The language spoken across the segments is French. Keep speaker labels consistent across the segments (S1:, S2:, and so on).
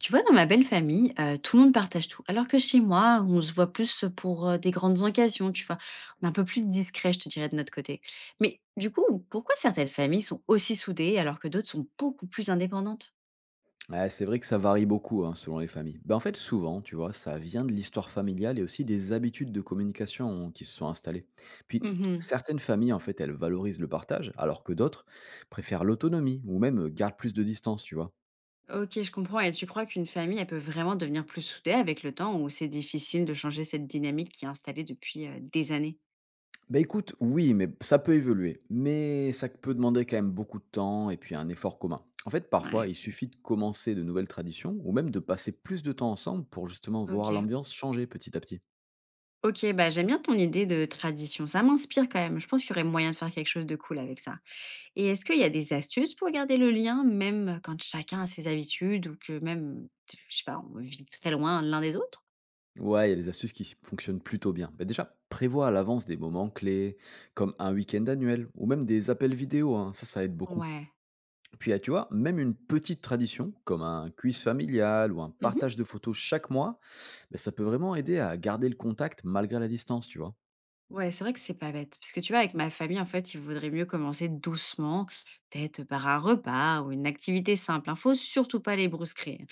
S1: Tu vois, dans ma belle famille, tout le monde partage tout. Alors que chez moi, on se voit plus pour des grandes occasions, tu vois. On est un peu plus discret, je te dirais, de notre côté. Mais du coup, pourquoi certaines familles sont aussi soudées alors que d'autres sont beaucoup plus indépendantes?
S2: Ouais, c'est vrai que ça varie beaucoup hein, selon les familles. Ben, en fait, souvent, tu vois, ça vient de l'histoire familiale et aussi des habitudes de communication qui se sont installées. Puis,
S1: Mhm.
S2: certaines familles, en fait, elles valorisent le partage, alors que d'autres préfèrent l'autonomie ou même gardent plus de distance, tu vois.
S1: Ok, je comprends. Et tu crois qu'une famille, elle peut vraiment devenir plus soudée avec le temps ou c'est difficile de changer cette dynamique qui est installée depuis des années?
S2: Ben écoute, oui, mais ça peut évoluer, mais ça peut demander quand même beaucoup de temps et puis un effort commun. En fait,
S1: Ouais,
S2: parfois, il suffit de commencer de nouvelles traditions ou même de passer plus de temps ensemble pour justement voir
S1: ok.
S2: l'ambiance changer petit à petit.
S1: Ok, bah j'aime bien ton idée de tradition. Ça m'inspire quand même. Je pense qu'il y aurait moyen de faire quelque chose de cool avec ça. Et est-ce qu'il y a des astuces pour garder le lien, même quand chacun a ses habitudes ou que même, je sais pas, on vit très loin l'un des autres?
S2: Ouais, il y a des astuces qui fonctionnent plutôt bien. Mais déjà, prévois à l'avance des moments clés, comme un week-end annuel, ou même des appels vidéo, hein, ça aide beaucoup.
S1: Ouais.
S2: Puis, ah, tu vois, même une petite tradition, comme un quiz familial ou un partage
S1: Mhm.
S2: de photos chaque mois, bah, ça peut vraiment aider à garder le contact malgré la distance, tu vois.
S1: Ouais, c'est vrai que c'est pas bête. Parce que tu vois, avec ma famille, en fait, il vaudrait mieux commencer doucement, peut-être par un repas ou une activité simple. Il faut surtout pas les brusquer, hein.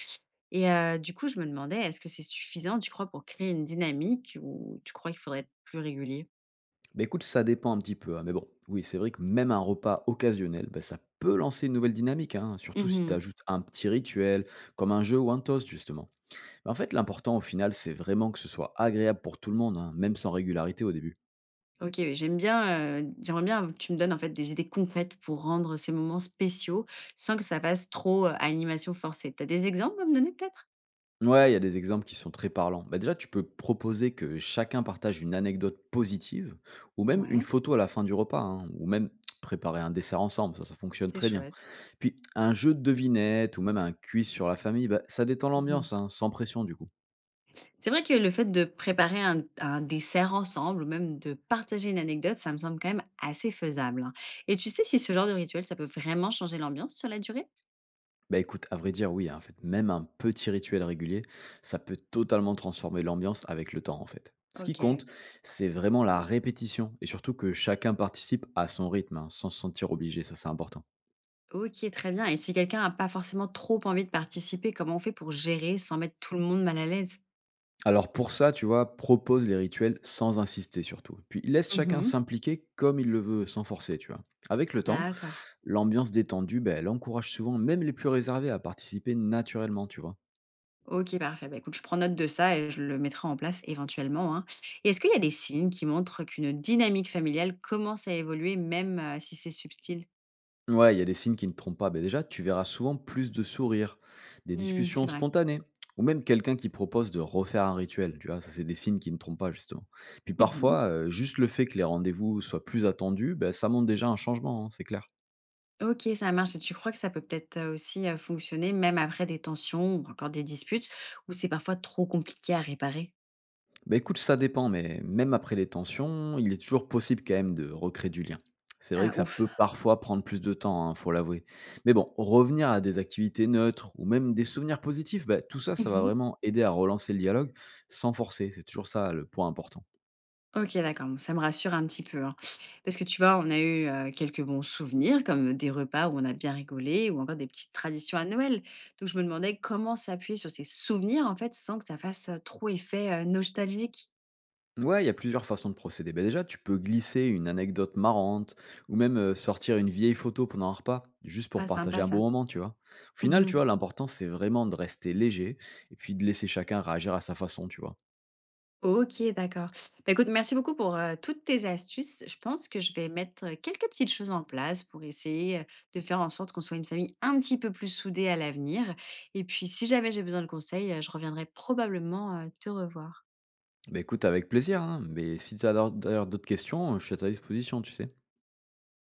S1: Et du coup, je me demandais, est-ce que c'est suffisant, tu crois, pour créer une dynamique ou tu crois qu'il faudrait être plus régulier?
S2: Bah écoute, ça dépend un petit peu, hein, mais bon, oui, c'est vrai que même un repas occasionnel, bah, ça peut lancer une nouvelle dynamique, hein, surtout si tu ajoutes un petit rituel, comme un jeu ou un toast, justement. Bah, en fait, l'important au final, c'est vraiment que ce soit agréable pour tout le monde, hein, même sans régularité au début.
S1: OK, oui, j'aime bien, j'aimerais bien que tu me donnes, en fait, des idées concrètes pour rendre ces moments spéciaux, sans que ça fasse trop, animation forcée. T'as des exemples à me donner, peut-être?
S2: Ouais, il y a des exemples qui sont très parlants. Bah déjà, tu peux proposer que chacun partage une anecdote positive, ou même une
S1: Ouais,
S2: photo à la fin du repas, hein, ou même préparer un dessert ensemble, ça fonctionne
S1: c'est
S2: très bien.
S1: chouette.
S2: Puis, un jeu de devinette, ou même un quiz sur la famille, bah, ça détend
S1: Mmh.
S2: l'ambiance, hein, sans pression du coup.
S1: C'est vrai que le fait de préparer un dessert ensemble ou même de partager une anecdote, ça me semble quand même assez faisable, hein. Et tu sais si ce genre de rituel, ça peut vraiment changer l'ambiance sur la durée?
S2: Bah, écoute, à vrai dire, oui, hein, en fait, même un petit rituel régulier, ça peut totalement transformer l'ambiance avec le temps, en fait. Ce qui
S1: OK.
S2: compte, c'est vraiment la répétition et surtout que chacun participe à son rythme, hein, sans se sentir obligé, ça c'est important.
S1: OK, très bien. Et si quelqu'un a pas forcément trop envie de participer, comment on fait pour gérer sans mettre tout le monde mal à l'aise?
S2: Alors pour ça, tu vois, propose les rituels sans insister surtout. Puis laisse chacun
S1: Mmh.
S2: s'impliquer comme il le veut, sans forcer, tu vois. Avec le temps,
S1: D'accord.
S2: l'ambiance détendue, ben elle encourage souvent même les plus réservés à participer naturellement, tu vois.
S1: OK, parfait. Bah, écoute, je prends note de ça et je le mettrai en place éventuellement, hein. Et est-ce qu'il y a des signes qui montrent qu'une dynamique familiale commence à évoluer même, si c'est subtil?
S2: Ouais, il y a des signes qui ne trompent pas. Ben déjà, tu verras souvent plus de sourires, des
S1: Mmh, c'est
S2: discussions
S1: vrai.
S2: spontanées, ou même quelqu'un qui propose de refaire un rituel. Tu vois, ça, c'est des signes qui ne trompent pas, justement. Puis
S1: Mmh.
S2: parfois, juste le fait que les rendez-vous soient plus attendus, ben, ça montre déjà un changement, hein, c'est clair.
S1: OK, ça marche et tu crois que ça peut peut-être, aussi, fonctionner même après des tensions ou encore des disputes où c'est parfois trop compliqué à réparer?
S2: Bah écoute, ça dépend, mais même après les tensions, il est toujours possible quand même de recréer du lien. C'est vrai
S1: Ah
S2: que ça
S1: ouf.
S2: peut parfois prendre plus de temps, hein, faut l'avouer. Mais bon, revenir à des activités neutres ou même des souvenirs positifs, bah, tout ça, ça va
S1: Mmh.
S2: vraiment aider à relancer le dialogue sans forcer. C'est toujours ça le point important.
S1: OK, d'accord, bon ça me rassure un petit peu, hein. Parce que tu vois, on a eu, quelques bons souvenirs comme des repas où on a bien rigolé ou encore des petites traditions à Noël. Donc je me demandais comment s'appuyer sur ces souvenirs, en fait, sans que ça fasse, trop effet, nostalgique.
S2: Ouais, il y a plusieurs façons de procéder. Bah déjà, tu peux glisser une anecdote marrante ou même sortir une vieille photo pendant un repas, juste pour
S1: Pas
S2: partager
S1: sympa
S2: un
S1: ça.
S2: bon moment, tu vois. Au final, tu vois,
S1: Mmh.
S2: l'important, c'est vraiment de rester léger et puis de laisser chacun réagir à sa façon, tu vois.
S1: OK, d'accord. Bah, écoute, merci beaucoup pour, toutes tes astuces. Je pense que je vais mettre, quelques petites choses en place pour essayer, de faire en sorte qu'on soit une famille un petit peu plus soudée à l'avenir et puis si jamais j'ai besoin de conseils, je reviendrai probablement, te revoir.
S2: Bah, écoute avec plaisir, hein, mais si tu as d'ailleurs d'autres questions, je suis à ta disposition, tu sais.